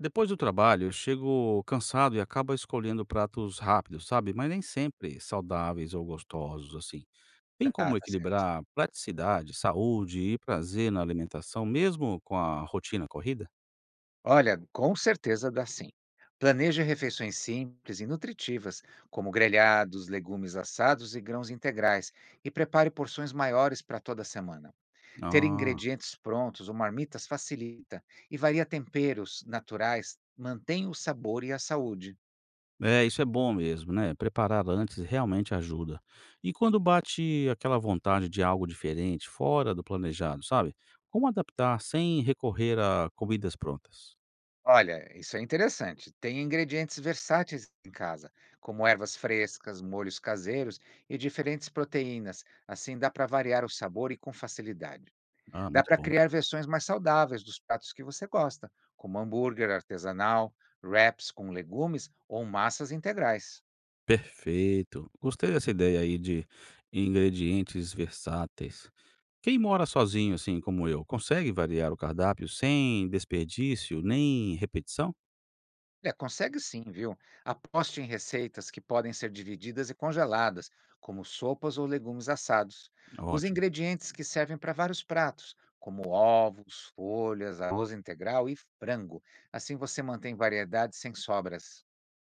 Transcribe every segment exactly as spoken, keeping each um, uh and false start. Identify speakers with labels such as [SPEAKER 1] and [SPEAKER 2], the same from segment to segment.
[SPEAKER 1] Depois do trabalho, eu chego cansado e acabo escolhendo pratos rápidos, sabe? Mas nem sempre saudáveis ou gostosos, assim. Tem
[SPEAKER 2] Ah,
[SPEAKER 1] como
[SPEAKER 2] tá certo.
[SPEAKER 1] equilibrar praticidade, saúde e prazer na alimentação, mesmo com a rotina corrida?
[SPEAKER 2] Olha, com certeza dá sim. Planeje refeições simples e nutritivas, como grelhados, legumes assados e grãos integrais, e prepare porções maiores para toda semana. Ter
[SPEAKER 1] Ah,
[SPEAKER 2] ingredientes prontos ou marmitas facilita e varia temperos naturais, mantém o sabor e a saúde.
[SPEAKER 1] é, isso é bom mesmo, né? Preparar antes realmente ajuda. E quando bate aquela vontade de algo diferente, fora do planejado, sabe? Como adaptar sem recorrer a comidas prontas?
[SPEAKER 2] Olha, isso é interessante. Tem ingredientes versáteis em casa, como ervas frescas, molhos caseiros e diferentes proteínas. Assim dá para variar o sabor e com facilidade.
[SPEAKER 1] Ah,
[SPEAKER 2] Dá
[SPEAKER 1] muito
[SPEAKER 2] para
[SPEAKER 1] bom.
[SPEAKER 2] criar versões mais saudáveis dos pratos que você gosta, como hambúrguer artesanal, wraps com legumes ou massas integrais.
[SPEAKER 1] Perfeito. Gostei dessa ideia aí de ingredientes versáteis. Quem mora sozinho, assim como eu, consegue variar o cardápio sem desperdício nem repetição?
[SPEAKER 2] Olha, consegue sim, viu? Aposte em receitas que podem ser divididas e congeladas, como sopas ou legumes assados. Os
[SPEAKER 1] Ótimo.
[SPEAKER 2] ingredientes que servem para vários pratos, como ovos, folhas, arroz integral e frango. Assim você mantém variedade sem sobras.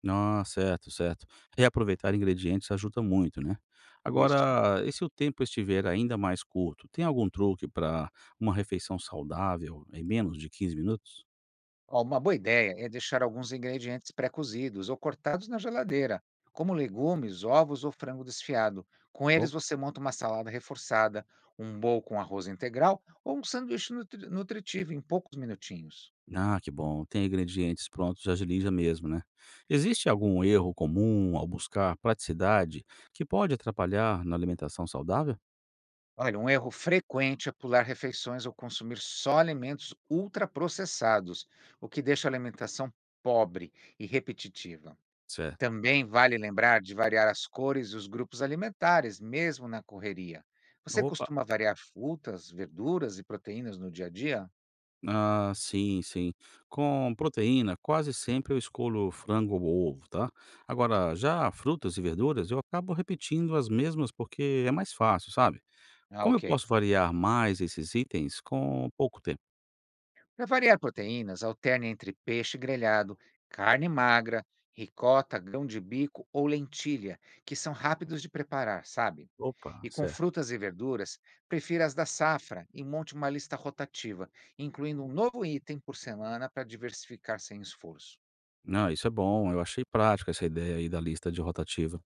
[SPEAKER 1] Ah, certo, certo. Reaproveitar ingredientes ajuda muito, né?
[SPEAKER 2] Isso.
[SPEAKER 1] Agora, e se o tempo estiver ainda mais curto, tem algum truque para uma refeição saudável em menos de quinze minutos?
[SPEAKER 2] Ó, uma boa ideia é deixar alguns ingredientes pré-cozidos ou cortados na geladeira, como legumes, ovos ou frango desfiado. Com eles, você monta uma salada reforçada, um bowl com arroz integral ou um sanduíche nutri- nutritivo em poucos minutinhos.
[SPEAKER 1] Ah, que bom. Tem ingredientes prontos, agiliza mesmo, né? Existe algum erro comum ao buscar praticidade que pode atrapalhar na alimentação saudável?
[SPEAKER 2] Olha, um erro frequente é pular refeições ou consumir só alimentos ultraprocessados, o que deixa a alimentação pobre e repetitiva.
[SPEAKER 1] Certo.
[SPEAKER 2] Também vale lembrar de variar as cores e os grupos alimentares, mesmo na correria. Você
[SPEAKER 1] Opa.
[SPEAKER 2] costuma variar frutas, verduras e proteínas no dia a dia?
[SPEAKER 1] Ah, sim, sim. Com proteína, quase sempre eu escolho frango ou ovo, tá?
[SPEAKER 2] Hum.
[SPEAKER 1] Agora, já frutas e verduras, eu acabo repetindo as mesmas porque é mais fácil, sabe?
[SPEAKER 2] Ah,
[SPEAKER 1] Como eu
[SPEAKER 2] ok.
[SPEAKER 1] posso variar mais esses itens com pouco tempo?
[SPEAKER 2] Para variar proteínas, alterne entre peixe grelhado, carne magra, ricota, grão de bico ou lentilha, que são rápidos de preparar, sabe?
[SPEAKER 1] Opa,
[SPEAKER 2] E com
[SPEAKER 1] certo.
[SPEAKER 2] frutas e verduras, prefira as da safra e monte uma lista rotativa, incluindo um novo item por semana para diversificar sem esforço.
[SPEAKER 1] Não, isso é bom, eu achei prática essa ideia aí da lista de rotativa.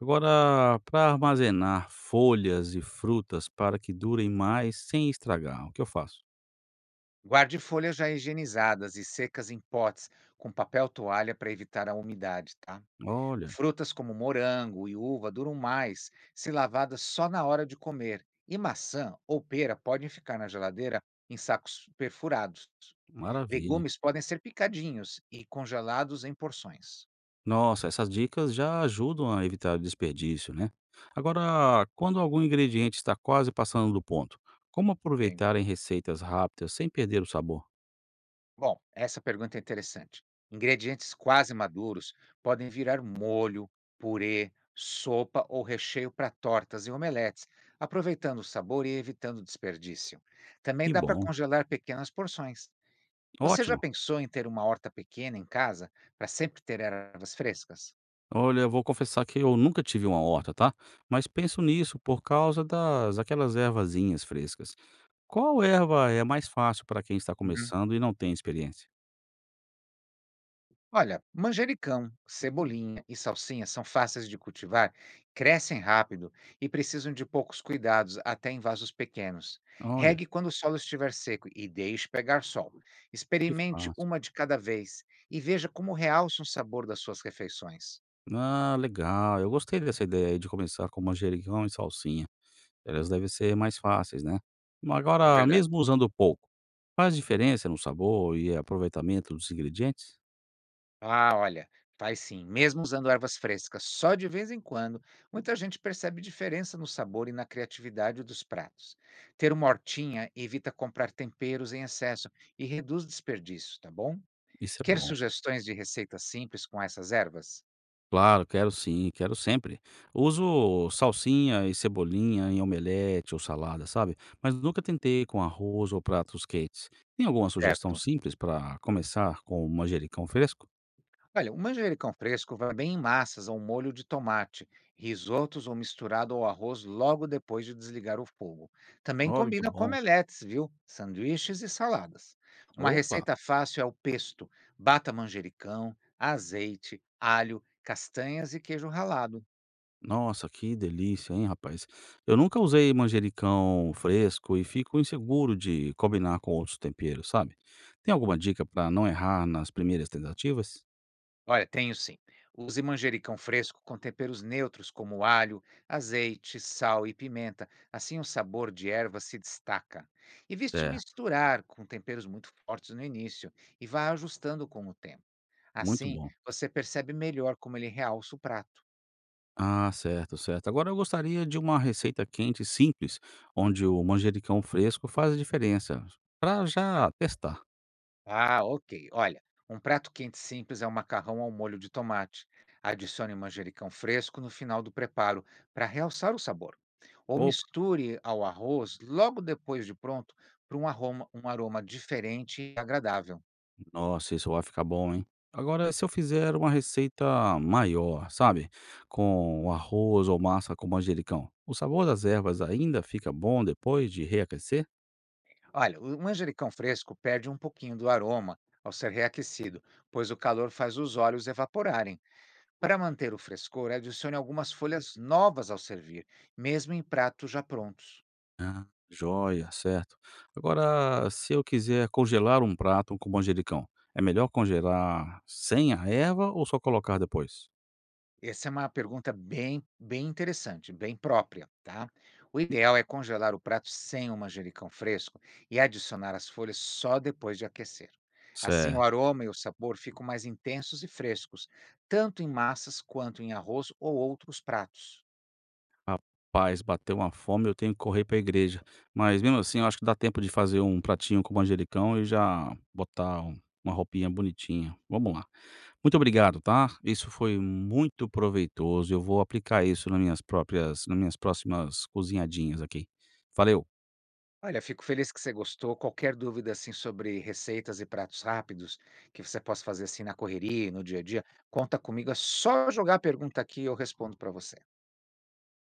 [SPEAKER 1] Agora, para armazenar folhas e frutas para que durem mais sem estragar, o que eu faço?
[SPEAKER 2] Guarde folhas já higienizadas e secas em potes com papel toalha para evitar a umidade, tá?
[SPEAKER 1] Olha,
[SPEAKER 2] Frutas como morango e uva duram mais se lavadas só na hora de comer, e maçã ou pera podem ficar na geladeira em sacos perfurados.
[SPEAKER 1] maravilha.
[SPEAKER 2] Legumes podem ser picadinhos e congelados em porções.
[SPEAKER 1] Nossa, essas dicas já ajudam a evitar desperdício, né? Agora, quando algum ingrediente está quase passando do ponto, como
[SPEAKER 2] Ok?
[SPEAKER 1] aproveitar em receitas rápidas sem perder o sabor?
[SPEAKER 2] Bom, essa pergunta é interessante. Ingredientes quase maduros podem virar molho, purê, sopa ou recheio para tortas e omeletes, aproveitando o sabor e evitando desperdício. Também
[SPEAKER 1] Que
[SPEAKER 2] dá para
[SPEAKER 1] bom,
[SPEAKER 2] congelar pequenas porções. Você já
[SPEAKER 1] ótimo.
[SPEAKER 2] pensou em ter uma horta pequena em casa para sempre ter ervas frescas?
[SPEAKER 1] Olha, eu vou confessar que eu nunca tive uma horta, tá? Mas penso nisso por causa das aquelas ervazinhas frescas. Qual erva é mais fácil para quem está
[SPEAKER 2] Uhum.
[SPEAKER 1] começando e não tem experiência?
[SPEAKER 2] Olha, manjericão, cebolinha e salsinha são fáceis de cultivar, crescem rápido e precisam de poucos cuidados, até em vasos pequenos.
[SPEAKER 1] Olha,
[SPEAKER 2] Regue quando o solo estiver seco e deixe pegar sol.
[SPEAKER 1] que
[SPEAKER 2] Experimente
[SPEAKER 1] fácil.
[SPEAKER 2] uma de cada vez e veja como realça o sabor das suas refeições.
[SPEAKER 1] Ah, legal. Eu gostei dessa ideia aí de começar com manjericão e salsinha. Elas devem ser mais fáceis, né? Mas
[SPEAKER 2] É
[SPEAKER 1] agora,
[SPEAKER 2] verdade.
[SPEAKER 1] mesmo usando pouco, faz diferença no sabor e aproveitamento dos ingredientes?
[SPEAKER 2] Ah, olha, faz sim. Mesmo usando ervas frescas, só de vez em quando, muita gente percebe diferença no sabor e na criatividade dos pratos. Ter uma hortinha evita comprar temperos em excesso e reduz desperdício, tá bom?
[SPEAKER 1] Isso é
[SPEAKER 2] Quer
[SPEAKER 1] bom.
[SPEAKER 2] sugestões de receitas simples com essas ervas?
[SPEAKER 1] Claro, quero sim, quero sempre. Uso salsinha e cebolinha em omelete ou salada, sabe? Mas nunca tentei com arroz ou pratos quentes. Tem alguma sugestão
[SPEAKER 2] Certo.
[SPEAKER 1] simples para começar com o manjericão fresco?
[SPEAKER 2] Olha, o manjericão fresco vai bem em massas ao molho de tomate, risotos ou misturado ao arroz logo depois de desligar o fogo. Também
[SPEAKER 1] Olha, que
[SPEAKER 2] combina com
[SPEAKER 1] bom.
[SPEAKER 2] omeletes, viu? Sanduíches e saladas. Uma
[SPEAKER 1] Opa!
[SPEAKER 2] receita fácil é o pesto. Bata manjericão, azeite, alho, castanhas e queijo ralado.
[SPEAKER 1] Nossa, que delícia, hein, rapaz? Eu nunca usei manjericão fresco e fico inseguro de combinar com outros temperos, sabe? Tem alguma dica para não errar nas primeiras tentativas?
[SPEAKER 2] Olha, tenho sim. Use manjericão fresco com temperos neutros como alho, azeite, sal e pimenta. Assim o sabor de erva se destaca. Evite
[SPEAKER 1] É,
[SPEAKER 2] misturar com temperos muito fortes no início e vá ajustando com o tempo.
[SPEAKER 1] muito
[SPEAKER 2] Assim,
[SPEAKER 1] bom.
[SPEAKER 2] você percebe melhor como ele realça o prato.
[SPEAKER 1] Ah, certo, certo. Agora eu gostaria de uma receita quente simples, onde o manjericão fresco faz a diferença, para já testar.
[SPEAKER 2] Ah, ok. Olha, um prato quente simples é um macarrão ao molho de tomate. Adicione manjericão fresco no final do preparo para realçar o sabor. Ou
[SPEAKER 1] Opa,
[SPEAKER 2] misture ao arroz logo depois de pronto para um aroma, um aroma diferente e agradável.
[SPEAKER 1] nossa, isso vai ficar bom, hein? Agora, se eu fizer uma receita maior, sabe? Com arroz ou massa com manjericão, o sabor das ervas ainda fica bom depois de reaquecer?
[SPEAKER 2] Olha, o um manjericão fresco perde um pouquinho do aroma ao ser reaquecido, pois o calor faz os óleos evaporarem. Para manter o frescor, adicione algumas folhas novas ao servir, mesmo em pratos já prontos.
[SPEAKER 1] Ah, joia, certo. Agora, se eu quiser congelar um prato com manjericão, é melhor congelar sem a erva ou só colocar depois?
[SPEAKER 2] Essa é uma pergunta bem, bem interessante, bem própria, tá? O ideal é congelar o prato sem o manjericão fresco e adicionar as folhas só depois de aquecer. Assim, o
[SPEAKER 1] Certo.
[SPEAKER 2] aroma e o sabor ficam mais intensos e frescos, tanto em massas quanto em arroz ou outros pratos.
[SPEAKER 1] Rapaz, bateu uma fome, eu tenho que correr pra igreja. Mas mesmo assim eu acho que dá tempo de fazer um pratinho com manjericão e já botar um uma roupinha bonitinha. Vamos lá. Muito obrigado, tá? Isso foi muito proveitoso, eu vou aplicar isso nas minhas próprias nas minhas próximas cozinhadinhas aqui. Valeu.
[SPEAKER 2] Olha, fico feliz que você gostou. Qualquer dúvida assim sobre receitas e pratos rápidos que você possa fazer assim na correria, e no dia a dia, conta comigo. É só jogar a pergunta aqui e eu respondo para você.